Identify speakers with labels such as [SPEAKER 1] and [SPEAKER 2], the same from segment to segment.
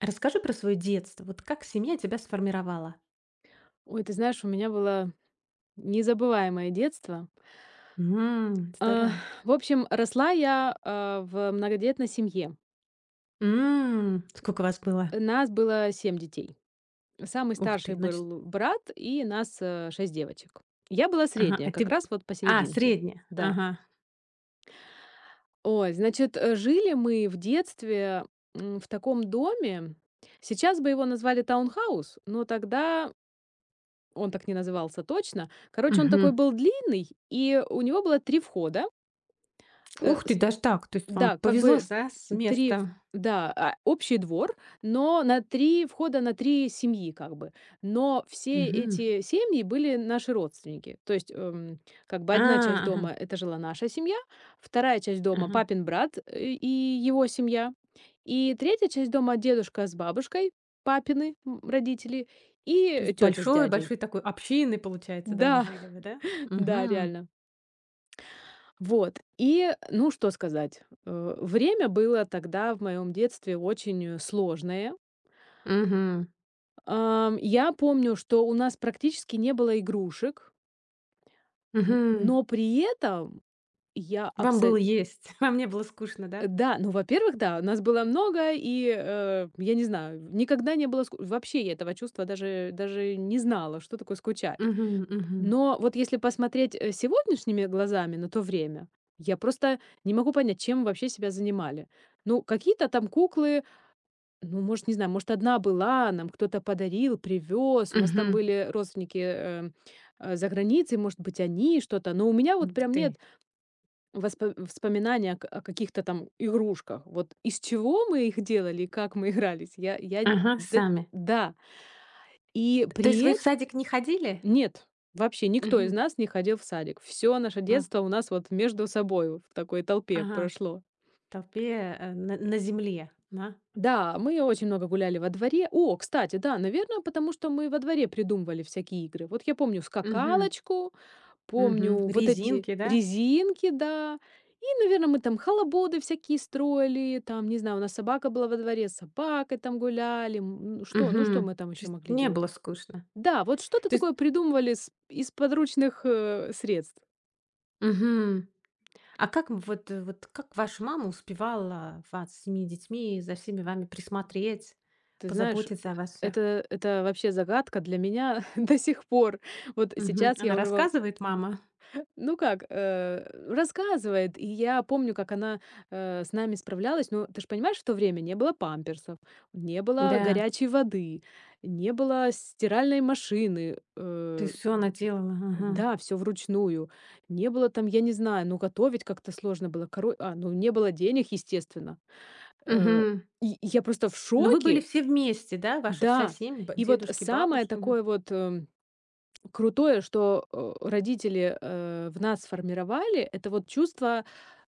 [SPEAKER 1] Расскажи про свое детство. Вот как семья тебя сформировала?
[SPEAKER 2] Ой, ты знаешь, у меня было незабываемое детство.
[SPEAKER 1] М,
[SPEAKER 2] А,
[SPEAKER 1] здорово.
[SPEAKER 2] в общем, росла я, в многодетной семье.
[SPEAKER 1] М, сколько вас было?
[SPEAKER 2] Нас было 7 детей. Самый
[SPEAKER 1] Ух ты,
[SPEAKER 2] старший
[SPEAKER 1] значит.
[SPEAKER 2] был брат, и нас, 6 девочек. Я была
[SPEAKER 1] Ага,
[SPEAKER 2] средняя, как раз вот посерединке.
[SPEAKER 1] Средняя.
[SPEAKER 2] Да.
[SPEAKER 1] Ага.
[SPEAKER 2] Ой, значит, жили мы в детстве, в таком доме. Сейчас бы его назвали таунхаус, но тогда он так не назывался точно. Короче, он такой
[SPEAKER 1] Мгм.
[SPEAKER 2] был длинный, и у него было 3 входа. Э,
[SPEAKER 1] Ух ты, даже так. То есть вам
[SPEAKER 2] Да, как
[SPEAKER 1] повезло
[SPEAKER 2] бы
[SPEAKER 1] с
[SPEAKER 2] 3,
[SPEAKER 1] местом.
[SPEAKER 2] общий двор, но на 3 входа, на 3 семьи как бы. Но все
[SPEAKER 1] Мгм.
[SPEAKER 2] эти семьи были наши родственники. То есть, как бы
[SPEAKER 1] А,
[SPEAKER 2] одна часть
[SPEAKER 1] ага,
[SPEAKER 2] дома- это жила наша семья, вторая часть дома-
[SPEAKER 1] ага.
[SPEAKER 2] папин брат, и его семья, и третья часть дома- дедушка с бабушкой, папины, родители,
[SPEAKER 1] То
[SPEAKER 2] и
[SPEAKER 1] есть
[SPEAKER 2] тетя с дядей.
[SPEAKER 1] большой-большой такой общиной, получается, даже
[SPEAKER 2] Да,
[SPEAKER 1] жили вы, да?
[SPEAKER 2] да,
[SPEAKER 1] Мгм.
[SPEAKER 2] реально. Вот. И, ну, что сказать. Время было тогда в моем детстве очень сложное.
[SPEAKER 1] Мгм.
[SPEAKER 2] Я помню, что у нас практически не было игрушек, н-
[SPEAKER 1] Мгм.
[SPEAKER 2] но при этом я абсолютно...
[SPEAKER 1] Вам не было скучно, да?
[SPEAKER 2] Да, ну, во-первых, да, нас было много, и, я не знаю, никогда не было. Вообще я этого чувства даже не знала, что такое скучать.
[SPEAKER 1] Мгм, мгм.
[SPEAKER 2] Но вот если посмотреть, сегодняшними глазами на то время, я просто не могу понять, чем вообще себя занимали. Ну, какие-то там куклы, ну, может, не знаю, может, одна была, нам кто-то подарил, привез, у нас там
[SPEAKER 1] Мгм.
[SPEAKER 2] были родственники, за границей, может быть, они что-то. Но у меня вот
[SPEAKER 1] Ух
[SPEAKER 2] прям
[SPEAKER 1] ты.
[SPEAKER 2] нет воспоминаний о каких-то там игрушках. Вот из чего мы их делали и как мы игрались, я, д
[SPEAKER 1] Ага,
[SPEAKER 2] да.
[SPEAKER 1] сами.
[SPEAKER 2] да. И
[SPEAKER 1] То есть
[SPEAKER 2] при
[SPEAKER 1] вы в садик не ходили?
[SPEAKER 2] Нет, вообще никто из
[SPEAKER 1] Мгм.
[SPEAKER 2] нас не ходил в садик. Все наше
[SPEAKER 1] А,
[SPEAKER 2] детство у нас вот между собой в такой толпе
[SPEAKER 1] ага.
[SPEAKER 2] прошло.
[SPEAKER 1] В толпе, на земле, да?
[SPEAKER 2] Да, мы очень много гуляли во дворе. О, кстати, да, наверное, потому что мы во дворе придумывали всякие игры. Вот я помню
[SPEAKER 1] Мгм.
[SPEAKER 2] скакалочку,
[SPEAKER 1] Мгм.
[SPEAKER 2] помню вот эти
[SPEAKER 1] Резинки, да?
[SPEAKER 2] резинки, да. И, наверное, мы там халабоды всякие строили, там, не знаю, у нас собака была во дворе, с собакой там гуляли. Ну что мы
[SPEAKER 1] Мгм.
[SPEAKER 2] там
[SPEAKER 1] То
[SPEAKER 2] еще
[SPEAKER 1] есть
[SPEAKER 2] могли
[SPEAKER 1] не
[SPEAKER 2] делать?
[SPEAKER 1] было скучно.
[SPEAKER 2] Да, вот что-то
[SPEAKER 1] То есть
[SPEAKER 2] такое придумывали, из подручных средств.
[SPEAKER 1] мгм. А как м- вот э, вот как ваша мама успевала вас с 7 детьми за всеми вами присмотреть,
[SPEAKER 2] Ты знаешь,
[SPEAKER 1] позаботиться о вас всех?
[SPEAKER 2] это вообще загадка для меня до сих пор. Вот
[SPEAKER 1] Мгм.
[SPEAKER 2] сейчас
[SPEAKER 1] Она
[SPEAKER 2] я уже во
[SPEAKER 1] рассказывает, мама?
[SPEAKER 2] ну как, рассказывает, и я помню, как она, с нами справлялась. Но ты же понимаешь, в то время не было памперсов, не было
[SPEAKER 1] Да.
[SPEAKER 2] горячей воды, не было стиральной машины,
[SPEAKER 1] То есть всё она делала. Ага.
[SPEAKER 2] да, все вручную. Не было там, я не знаю, ну, готовить как-то сложно было. Ну, не было денег, естественно. Э,
[SPEAKER 1] Мгм.
[SPEAKER 2] и я просто в
[SPEAKER 1] Но вы были
[SPEAKER 2] шоке.
[SPEAKER 1] все вместе, да? Ваша вся
[SPEAKER 2] Да,
[SPEAKER 1] семья, ба
[SPEAKER 2] и вот
[SPEAKER 1] дедушки,
[SPEAKER 2] самое
[SPEAKER 1] бабушки? Мгм.
[SPEAKER 2] такое вот, крутое, что, родители, в нас сформировали, это вот чувство,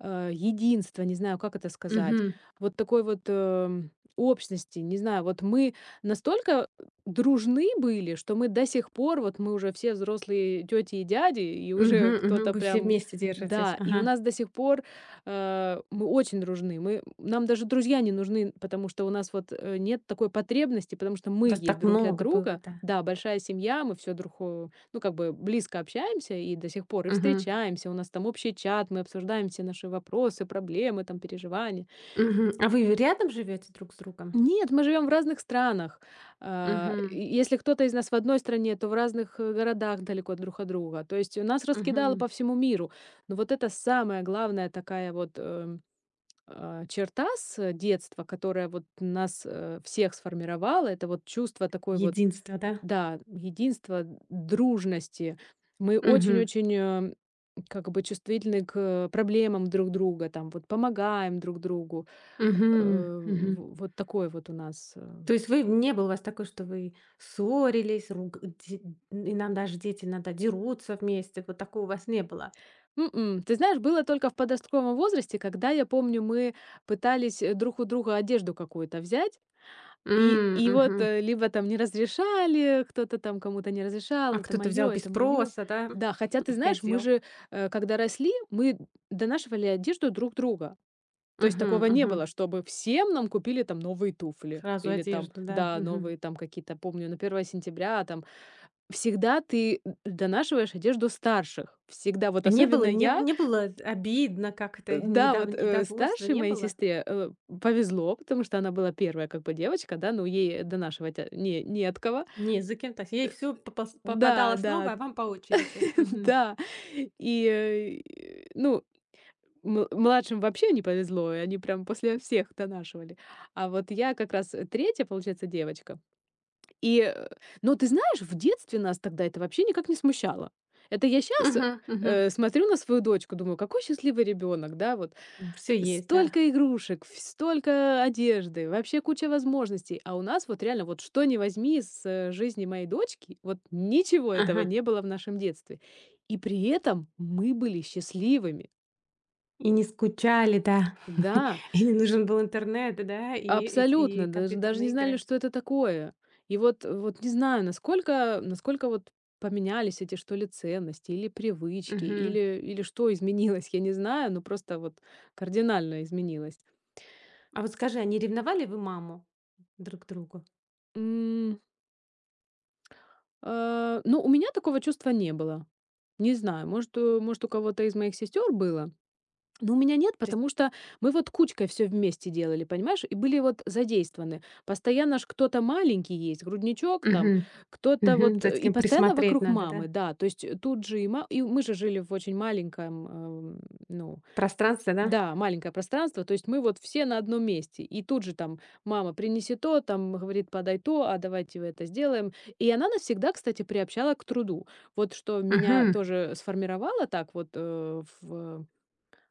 [SPEAKER 2] единства, не знаю, как это сказать,
[SPEAKER 1] Мгм.
[SPEAKER 2] вот такой вот, общности, не знаю. Вот мы настолько дружны были, что мы до сих пор, вот мы уже все взрослые тети и дяди, и
[SPEAKER 1] Мгм,
[SPEAKER 2] уже
[SPEAKER 1] мгм.
[SPEAKER 2] кто-то
[SPEAKER 1] Вы все
[SPEAKER 2] прям,
[SPEAKER 1] вместе держитесь.
[SPEAKER 2] да, и у
[SPEAKER 1] Ага.
[SPEAKER 2] нас до сих пор, мы очень дружны. Мы нам даже друзья не нужны, потому что у нас вот, нет такой потребности, потому что мы
[SPEAKER 1] Вас
[SPEAKER 2] есть
[SPEAKER 1] так
[SPEAKER 2] друг для
[SPEAKER 1] много было,
[SPEAKER 2] друга.
[SPEAKER 1] да.
[SPEAKER 2] Да, большая семья, мы все друг, э ну, как бы близко общаемся и до сих пор и
[SPEAKER 1] Мгм,
[SPEAKER 2] встречаемся, у нас там общий чат, мы обсуждаем все наши вопросы, проблемы, там, переживания.
[SPEAKER 1] мгм. А вы рядом живете друг с другом?
[SPEAKER 2] Нет, мы живем в разных странах.
[SPEAKER 1] Мгм,
[SPEAKER 2] Если кто-то из нас в одной стране, то в разных городах далеко друг от друга. То есть у нас раскидало
[SPEAKER 1] мгм.
[SPEAKER 2] по всему миру. Но вот это самая главная такая вот черта с детства, которая вот нас всех сформировала, это вот чувство такой вот.
[SPEAKER 1] Единство, да?
[SPEAKER 2] Да, единства, дружности. Мы
[SPEAKER 1] Мгм,
[SPEAKER 2] очень-очень, как бы чувствительны к проблемам друг друга, там вот помогаем друг другу. Э,
[SPEAKER 1] мгм, мгм.
[SPEAKER 2] в Вот такой вот у нас.
[SPEAKER 1] То есть вы, не было у вас такой, что вы ссорились, руг де иногда же дети иногда дерутся вместе, вот такого у вас не было?
[SPEAKER 2] Ты знаешь, было только в подростковом возрасте, когда, я помню, мы пытались, друг у друга одежду какую-то взять. И
[SPEAKER 1] М,
[SPEAKER 2] и вот,
[SPEAKER 1] мгм.
[SPEAKER 2] либо там не разрешали, кто-то там кому-то не разрешал:
[SPEAKER 1] А
[SPEAKER 2] "Это
[SPEAKER 1] кто-то взял
[SPEAKER 2] мое,
[SPEAKER 1] без
[SPEAKER 2] это мое".
[SPEAKER 1] спроса, да,
[SPEAKER 2] Да, хотя ты
[SPEAKER 1] и
[SPEAKER 2] знаешь, мы
[SPEAKER 1] одел.
[SPEAKER 2] же, когда росли, мы донашивали одежду друг друга. То есть
[SPEAKER 1] Мгм,
[SPEAKER 2] такого не
[SPEAKER 1] мгм.
[SPEAKER 2] было, чтобы всем нам купили там новые туфли
[SPEAKER 1] Сразу
[SPEAKER 2] или там,
[SPEAKER 1] одежду, да.
[SPEAKER 2] да,
[SPEAKER 1] Мгм.
[SPEAKER 2] новые там какие-то, помню, на первое сентября там. Всегда ты донашиваешь одежду старших. Всегда. Вот
[SPEAKER 1] Не было
[SPEAKER 2] особенно
[SPEAKER 1] не
[SPEAKER 2] я.
[SPEAKER 1] не было обидно, как это
[SPEAKER 2] Да, вот,
[SPEAKER 1] недовольства
[SPEAKER 2] старшей
[SPEAKER 1] не
[SPEAKER 2] моей
[SPEAKER 1] было?
[SPEAKER 2] сестре, повезло, потому что она была первая как бы девочка, да, ну, ей донашивать, не от кого.
[SPEAKER 1] Не, за кем-то. Ей все попас
[SPEAKER 2] Да,
[SPEAKER 1] попадалось
[SPEAKER 2] да,
[SPEAKER 1] снова, а вам по очереди. Мгм.
[SPEAKER 2] да. И, ну, младшим вообще не повезло, и они прям после всех донашивали. А вот я как раз, 3, получается, девочка. И, но ты знаешь, в детстве нас тогда это вообще никак не смущало. Это я сейчас
[SPEAKER 1] Мгм, мгм.
[SPEAKER 2] смотрю на свою дочку, думаю: "Какой счастливый ребенок", да, вот.
[SPEAKER 1] Есть, да.
[SPEAKER 2] Столько игрушек, ф столько одежды, вообще куча возможностей. А у нас вот реально вот что не возьми из, жизни моей дочки, вот ничего этого
[SPEAKER 1] Ага.
[SPEAKER 2] не было в нашем детстве. И при этом мы были счастливыми.
[SPEAKER 1] И не скучали, да.
[SPEAKER 2] Да,
[SPEAKER 1] И не нужен был интернет, да, и эти
[SPEAKER 2] абсолютно,
[SPEAKER 1] и
[SPEAKER 2] даже не
[SPEAKER 1] компьютерные
[SPEAKER 2] знали,
[SPEAKER 1] игры.
[SPEAKER 2] что это такое. И вот не знаю, насколько вот поменялись эти, что ли, ценности или привычки,
[SPEAKER 1] Мгм.
[SPEAKER 2] или что изменилось, я не знаю, но просто вот кардинально изменилось.
[SPEAKER 1] А вот скажи, они ревновали вы маму друг к другу?
[SPEAKER 2] Ну, у меня такого чувства не было. Не знаю, может, у кого-то из моих сестер было, но у меня нет,
[SPEAKER 1] То есть
[SPEAKER 2] потому что мы вот кучкой все вместе делали, понимаешь, и были вот задействованы. Постоянно ж кто-то маленький есть, грудничок там,
[SPEAKER 1] мгм.
[SPEAKER 2] кто-то
[SPEAKER 1] Мгм.
[SPEAKER 2] вот,
[SPEAKER 1] За
[SPEAKER 2] и
[SPEAKER 1] этим
[SPEAKER 2] постоянно
[SPEAKER 1] присмотреть
[SPEAKER 2] вокруг
[SPEAKER 1] надо,
[SPEAKER 2] мамы,
[SPEAKER 1] да?
[SPEAKER 2] да, то есть тут же и, и мы же жили в очень маленьком, ну,
[SPEAKER 1] Пространство, да?
[SPEAKER 2] да, маленькое пространство, то есть мы вот все на одном месте. И тут же там мама: "Принеси то", там говорит: "Подай то, а давайте вы это сделаем". И она нас всегда, кстати, приобщала к труду. Вот что меня
[SPEAKER 1] Мгм.
[SPEAKER 2] тоже сформировало так вот, в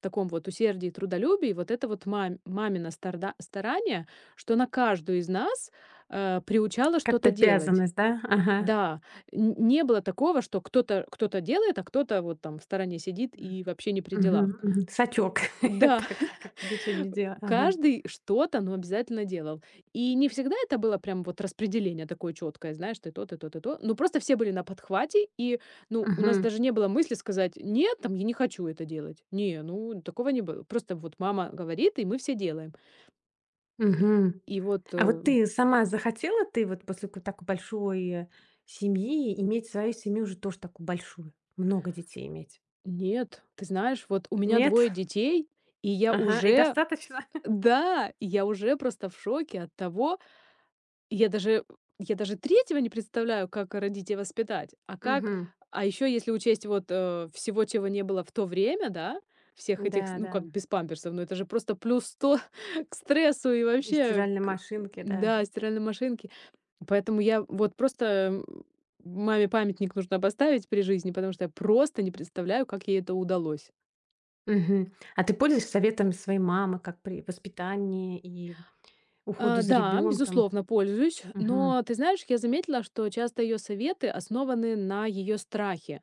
[SPEAKER 2] таком вот усердии и трудолюбии, вот это вот мамино старда старание, что она каждую из нас, приучала
[SPEAKER 1] Как-то
[SPEAKER 2] что-то делать.
[SPEAKER 1] обязанность, да? Ага.
[SPEAKER 2] Да, н не было такого, что кто-то делает, а кто-то вот там в стороне сидит и вообще не при делах.
[SPEAKER 1] Мгм, мгм. Сачок.
[SPEAKER 2] Да.
[SPEAKER 1] Так как это ничего не делай. Ага.
[SPEAKER 2] Каждый что-то, но обязательно делал. И не всегда это было прям вот распределение такое четкое, знаешь, ты то, ты то, ты то. Ну, просто все были на подхвате, и, ну, у нас
[SPEAKER 1] Мгм,
[SPEAKER 2] даже не было мысли сказать, нет, там, я не хочу это делать. Не, ну, такого не было. Просто вот мама говорит, и мы все делаем. И,
[SPEAKER 1] мгм.
[SPEAKER 2] и вот
[SPEAKER 1] А вот ты сама захотела, ты вот после ко такой большой, семьи иметь свою семью уже тоже такую большую, много детей иметь?
[SPEAKER 2] нет, ты знаешь, вот у меня
[SPEAKER 1] Нет?
[SPEAKER 2] двое детей, и я
[SPEAKER 1] Ага, и
[SPEAKER 2] уже,
[SPEAKER 1] достаточно?
[SPEAKER 2] да, я уже просто в шоке от того, Я даже я даже третьего не представляю, как родить и воспитать. А как
[SPEAKER 1] Мгм.
[SPEAKER 2] а еще если учесть вот, всего, чего не было в то время, да, всех этих,
[SPEAKER 1] Да,
[SPEAKER 2] ну,
[SPEAKER 1] да.
[SPEAKER 2] как без памперсов, ну, это же просто плюс 100 к стрессу и
[SPEAKER 1] И
[SPEAKER 2] вообще
[SPEAKER 1] стиральной
[SPEAKER 2] к,
[SPEAKER 1] машинки, да.
[SPEAKER 2] да, стиральной машинки. Поэтому я вот просто, м, маме памятник нужно поставить при жизни, потому что я просто не представляю, как ей это удалось.
[SPEAKER 1] Мгм. А ты пользуешься советами своей мамы, как при воспитании и уходу за
[SPEAKER 2] Да,
[SPEAKER 1] ребенком?
[SPEAKER 2] безусловно, пользуюсь,
[SPEAKER 1] Мгм,
[SPEAKER 2] но ты знаешь, я заметила, что часто ее советы основаны на ее страхе,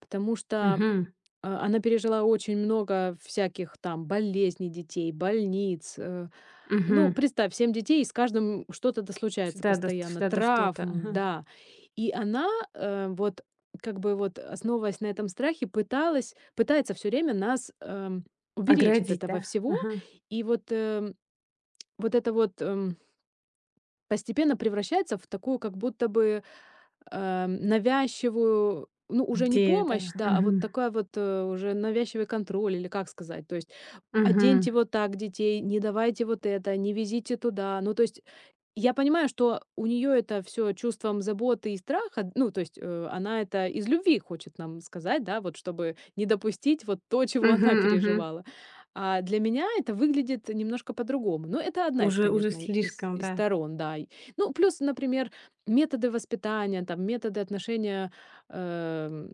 [SPEAKER 2] потому что
[SPEAKER 1] мгм,
[SPEAKER 2] она пережила очень много всяких там болезней детей, больниц. Ну,
[SPEAKER 1] мгм.
[SPEAKER 2] представь, семь детей, и с каждым что-то да случается
[SPEAKER 1] Всегда да,
[SPEAKER 2] постоянно,
[SPEAKER 1] всегда да что-то.
[SPEAKER 2] травм,
[SPEAKER 1] Ага.
[SPEAKER 2] да. И она вот как бы вот основываясь на этом страхе, пыталась, пытается все время нас уберечь от
[SPEAKER 1] Оградить,
[SPEAKER 2] этого
[SPEAKER 1] да?
[SPEAKER 2] всего.
[SPEAKER 1] Ага.
[SPEAKER 2] И вот вот это вот постепенно превращается в такую как будто бы, навязчивую, ну, уже не
[SPEAKER 1] Где,
[SPEAKER 2] помощь,
[SPEAKER 1] да.
[SPEAKER 2] да, а вот
[SPEAKER 1] Мгм.
[SPEAKER 2] такая вот, уже навязчивый контроль или как сказать. То есть:
[SPEAKER 1] Мгм.
[SPEAKER 2] "Оденьте вот так детей, не давайте вот это, не везите туда". Ну, то есть я понимаю, что у нее это все чувством заботы и страха. Ну, то есть, она это из любви хочет нам сказать, да, вот чтобы не допустить вот то, чего
[SPEAKER 1] Мгм,
[SPEAKER 2] она
[SPEAKER 1] мгм.
[SPEAKER 2] переживала. А для меня это выглядит немножко по-другому. Ну, это одна из,
[SPEAKER 1] Уже
[SPEAKER 2] конечно, и- из
[SPEAKER 1] слишком,
[SPEAKER 2] из
[SPEAKER 1] да.
[SPEAKER 2] сторон, да. И, ну, плюс, например, методы воспитания, там, методы отношения, эм,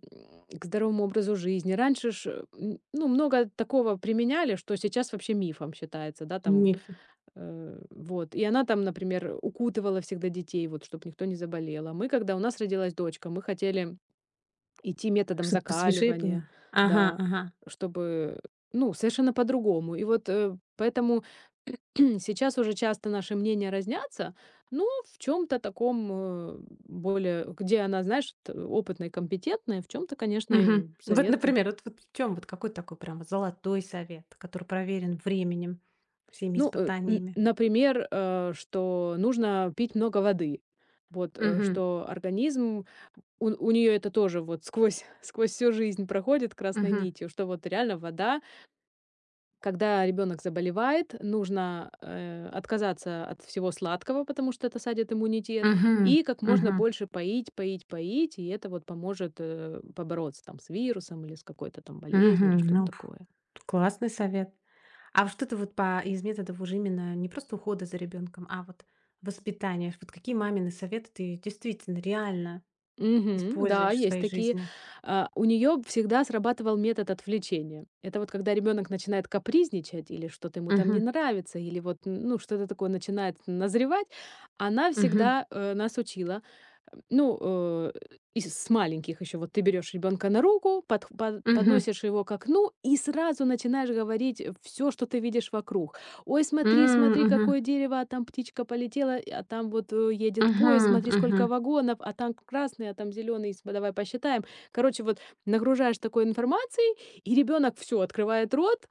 [SPEAKER 2] к здоровому образу жизни. Раньше ж, ну, много такого применяли, что сейчас вообще мифом считается, да, там.
[SPEAKER 1] Миф,
[SPEAKER 2] Вот. И она там, например, укутывала всегда детей, вот, чтобы никто не заболел. А мы, когда у нас родилась дочка, мы хотели идти методом
[SPEAKER 1] чтобы посвежее
[SPEAKER 2] закаливания,
[SPEAKER 1] было. Ага,
[SPEAKER 2] да,
[SPEAKER 1] ага.
[SPEAKER 2] чтобы, ну, совершенно по-другому. И вот поэтому сейчас уже часто наши мнения разнятся, ну, в чем-то таком более, где она, знаешь, опытная и компетентная, в чем-то, конечно,
[SPEAKER 1] Мгм.
[SPEAKER 2] и
[SPEAKER 1] Вот,
[SPEAKER 2] советы.
[SPEAKER 1] например, вот в чём вот какой такой прям вот золотой совет, который проверен временем, всеми
[SPEAKER 2] Ну,
[SPEAKER 1] испытаниями?
[SPEAKER 2] например, что нужно пить много воды. Вот,
[SPEAKER 1] Мгм.
[SPEAKER 2] что организм у неё это тоже вот сквозь сквозь всю жизнь проходит красной
[SPEAKER 1] Мгм.
[SPEAKER 2] нитью, что вот реально вода. Когда ребенок заболевает, нужно, отказаться от всего сладкого, потому что это садит иммунитет,
[SPEAKER 1] Мгм.
[SPEAKER 2] и как можно
[SPEAKER 1] Мгм.
[SPEAKER 2] больше поить, поить, поить, и это вот поможет, побороться там с вирусом или с какой-то там болезнью или
[SPEAKER 1] Мгм.
[SPEAKER 2] что-то
[SPEAKER 1] Ну,
[SPEAKER 2] такое.
[SPEAKER 1] классный совет. А вот что-то вот по из методов уже, именно не просто ухода за ребенком, а вот воспитания. Вот какие мамины советы ты действительно реально
[SPEAKER 2] Мгм. Да,
[SPEAKER 1] используешь в
[SPEAKER 2] есть
[SPEAKER 1] своей
[SPEAKER 2] такие.
[SPEAKER 1] жизни?
[SPEAKER 2] А, у нее всегда срабатывал метод отвлечения. Это вот когда ребенок начинает капризничать или что-то ему там не
[SPEAKER 1] Мгм.
[SPEAKER 2] нравится, или вот, ну, что-то такое начинает назревать, она
[SPEAKER 1] Мгм.
[SPEAKER 2] всегда, нас учила, ну, и с маленьких еще. Вот ты берешь ребенка на руку, подх под
[SPEAKER 1] Мгм.
[SPEAKER 2] подносишь его к окну и сразу начинаешь говорить все, что ты видишь вокруг. Ой, смотри,
[SPEAKER 1] М,
[SPEAKER 2] смотри,
[SPEAKER 1] мгм.
[SPEAKER 2] какое дерево, а там птичка полетела, а там вот едет поезд,
[SPEAKER 1] Мгм.
[SPEAKER 2] смотри,
[SPEAKER 1] Мгм.
[SPEAKER 2] сколько вагонов, а там красный, а там зеленый, давай посчитаем. Короче, вот нагружаешь такой информацией, и ребенок все открывает рот,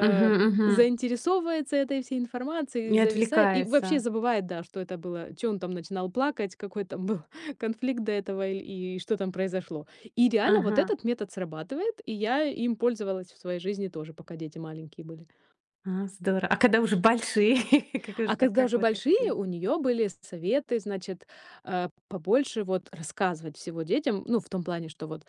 [SPEAKER 1] Мгм. Мгм.
[SPEAKER 2] заинтересовывается этой всей информацией,
[SPEAKER 1] Не
[SPEAKER 2] зависает и вообще
[SPEAKER 1] отвлекается.
[SPEAKER 2] забывает, да, что это было, что он там начинал плакать, какой там был конфликт до этого и что там произошло. И реально вот
[SPEAKER 1] Ага.
[SPEAKER 2] этот метод срабатывает, и я им пользовалась в своей жизни тоже, пока дети маленькие были.
[SPEAKER 1] А, здорово. А когда уже большие, как уже
[SPEAKER 2] А
[SPEAKER 1] так
[SPEAKER 2] когда
[SPEAKER 1] как
[SPEAKER 2] уже
[SPEAKER 1] вот их
[SPEAKER 2] большие,
[SPEAKER 1] отвлечь?
[SPEAKER 2] у нее были советы, значит, побольше вот рассказывать всего детям. Ну, в том плане, что вот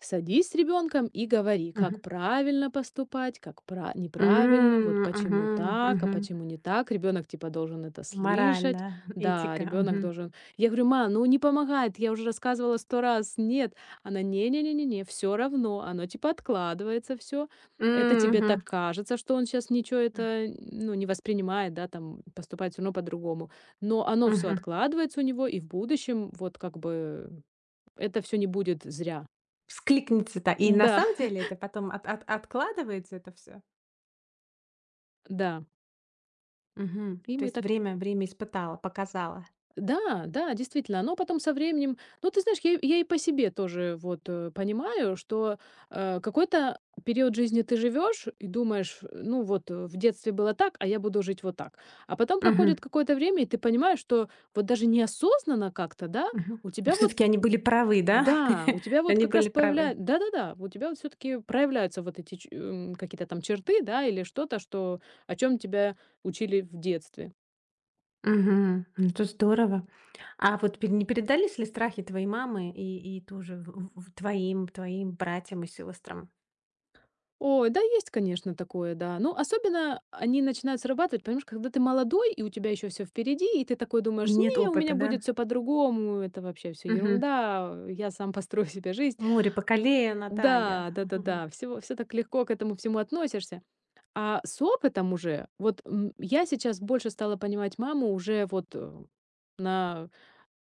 [SPEAKER 2] садись с ребенком и говори, как
[SPEAKER 1] Мгм.
[SPEAKER 2] правильно поступать, как неправильно, вот
[SPEAKER 1] М,
[SPEAKER 2] почему
[SPEAKER 1] мгм.
[SPEAKER 2] так, а
[SPEAKER 1] Мгм.
[SPEAKER 2] почему не так. Ребенок типа должен это
[SPEAKER 1] Мораль, да,
[SPEAKER 2] слышать. Да,
[SPEAKER 1] этика.
[SPEAKER 2] ребенок
[SPEAKER 1] Мгм.
[SPEAKER 2] должен. Я говорю, ма, ну не помогает, я уже рассказывала сто раз. Нет, она не-не-не-не-не, все равно, оно типа откладывается все. Это
[SPEAKER 1] М,
[SPEAKER 2] тебе
[SPEAKER 1] мгм.
[SPEAKER 2] так кажется, что он сейчас ничего
[SPEAKER 1] А,
[SPEAKER 2] это, ну, не воспринимает, да, там поступает все равно по-другому. Но оно все
[SPEAKER 1] мгм.
[SPEAKER 2] откладывается у него, и в будущем вот как бы это все не будет зря.
[SPEAKER 1] Вскликнется это. И на
[SPEAKER 2] Да.
[SPEAKER 1] самом деле это потом от от откладывается это все.
[SPEAKER 2] Да, и
[SPEAKER 1] То
[SPEAKER 2] мы
[SPEAKER 1] есть
[SPEAKER 2] так.
[SPEAKER 1] время испытало, показало.
[SPEAKER 2] Да, да, действительно. Но потом со временем, ну, ты знаешь, я и по себе тоже вот, понимаю, что, какой-то период жизни ты живешь и думаешь: "Ну вот, в детстве было так, а я буду жить вот так". А потом
[SPEAKER 1] Все
[SPEAKER 2] проходит какое-то время, и ты понимаешь, что вот даже неосознанно как-то, да, у тебя вот.
[SPEAKER 1] таки они были правы, да?
[SPEAKER 2] Да, у тебя вот
[SPEAKER 1] Они
[SPEAKER 2] как
[SPEAKER 1] были
[SPEAKER 2] раз
[SPEAKER 1] правы.
[SPEAKER 2] появляется, да-да-да, у тебя вот все таки проявляются вот эти какие-то там черты, да, или что-то, что о чем тебя учили в детстве.
[SPEAKER 1] Мгм. Ну, это здорово. А вот пе не передались ли страхи твоей мамы и тоже в твоим братьям и сестрам?
[SPEAKER 2] Ой, да, есть, конечно, такое, да. Ну, особенно они начинают срабатывать, понимаешь, когда ты молодой, и у тебя еще все впереди, и ты такой
[SPEAKER 1] И
[SPEAKER 2] думаешь,
[SPEAKER 1] нет
[SPEAKER 2] не, у
[SPEAKER 1] опыта,
[SPEAKER 2] меня
[SPEAKER 1] да?
[SPEAKER 2] будет все по-другому, это вообще все
[SPEAKER 1] Мгм.
[SPEAKER 2] ерунда, я сам построю себе жизнь.
[SPEAKER 1] Море по колено, да, я.
[SPEAKER 2] Да, да, да,
[SPEAKER 1] Мгм.
[SPEAKER 2] да, все так легко к этому всему относишься. А с опытом уже, вот я сейчас больше стала понимать маму уже вот на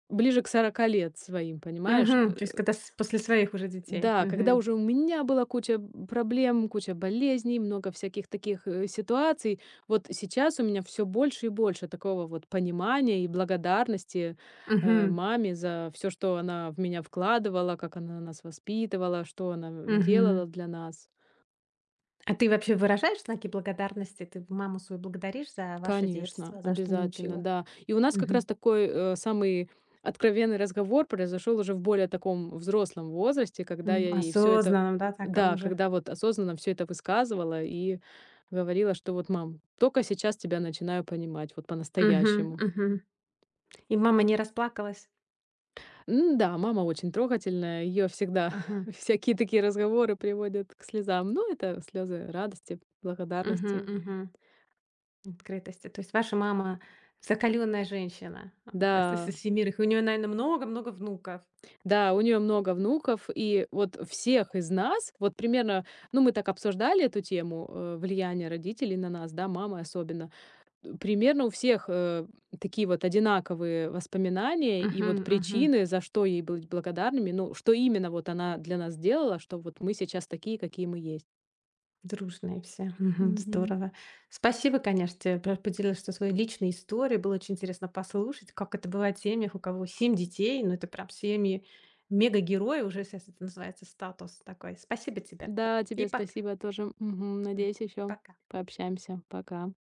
[SPEAKER 2] ближе к 40 лет своим, понимаешь?
[SPEAKER 1] Мгм. То есть
[SPEAKER 2] Э,
[SPEAKER 1] когда с после своих уже детей.
[SPEAKER 2] да, когда
[SPEAKER 1] Мгм.
[SPEAKER 2] уже у меня была куча, проблем, куча болезней, много всяких таких, ситуаций, вот сейчас у меня все больше и больше такого вот понимания и благодарности,
[SPEAKER 1] Мгм.
[SPEAKER 2] маме за все, что она в меня вкладывала, как она нас воспитывала, что она
[SPEAKER 1] Мгм.
[SPEAKER 2] делала для нас.
[SPEAKER 1] А ты вообще выражаешь знаки благодарности? Ты маму свою благодаришь за ваше
[SPEAKER 2] Конечно,
[SPEAKER 1] детство, за что
[SPEAKER 2] обязательно,
[SPEAKER 1] научила?
[SPEAKER 2] да. И у нас как раз
[SPEAKER 1] Мгм.
[SPEAKER 2] такой, самый откровенный разговор произошел уже в более таком взрослом возрасте, когда
[SPEAKER 1] М,
[SPEAKER 2] я и все это,
[SPEAKER 1] осознанно, да,
[SPEAKER 2] да,
[SPEAKER 1] уже.
[SPEAKER 2] когда вот осознанно все это высказывала и говорила, что вот: "Мам, только сейчас тебя начинаю понимать, вот
[SPEAKER 1] Мгм,
[SPEAKER 2] по-настоящему".
[SPEAKER 1] мгм. И мама не расплакалась?
[SPEAKER 2] М-да, мама очень трогательная, ее всегда
[SPEAKER 1] Мгм,
[SPEAKER 2] всякие такие разговоры приводят к слезам, но это слезы радости,
[SPEAKER 1] мгм,
[SPEAKER 2] благодарности.
[SPEAKER 1] мгм. Открытости. То есть ваша мама закаленная женщина, с
[SPEAKER 2] Да.
[SPEAKER 1] всемирных. И у нее наверно, много-много внуков.
[SPEAKER 2] Да, у нее много внуков, и вот всех из нас, вот примерно, ну, мы так обсуждали эту тему, влияние родителей на нас, да, мамы особенно. Примерно у всех такие вот одинаковые воспоминания и
[SPEAKER 1] Мгм,
[SPEAKER 2] вот
[SPEAKER 1] мгм.
[SPEAKER 2] причины, за что ей быть благодарными, ну, что именно вот она для нас сделала, что вот мы сейчас такие, какие мы есть.
[SPEAKER 1] Дружные все. Мгм.
[SPEAKER 2] Мгм.
[SPEAKER 1] Здорово. Спасибо, конечно, тебе, поделилась со своей личной историей. Было очень интересно послушать, как это бывает в семьях, у кого семь детей. Ну, это прям семьи мега-герои. Уже сейчас это называется статус такой. Спасибо тебе.
[SPEAKER 2] Да,
[SPEAKER 1] И
[SPEAKER 2] тебе
[SPEAKER 1] пока.
[SPEAKER 2] спасибо тоже. Мгм.
[SPEAKER 1] Мгм.
[SPEAKER 2] Надеюсь, еще
[SPEAKER 1] Пока.
[SPEAKER 2] пообщаемся. Пока.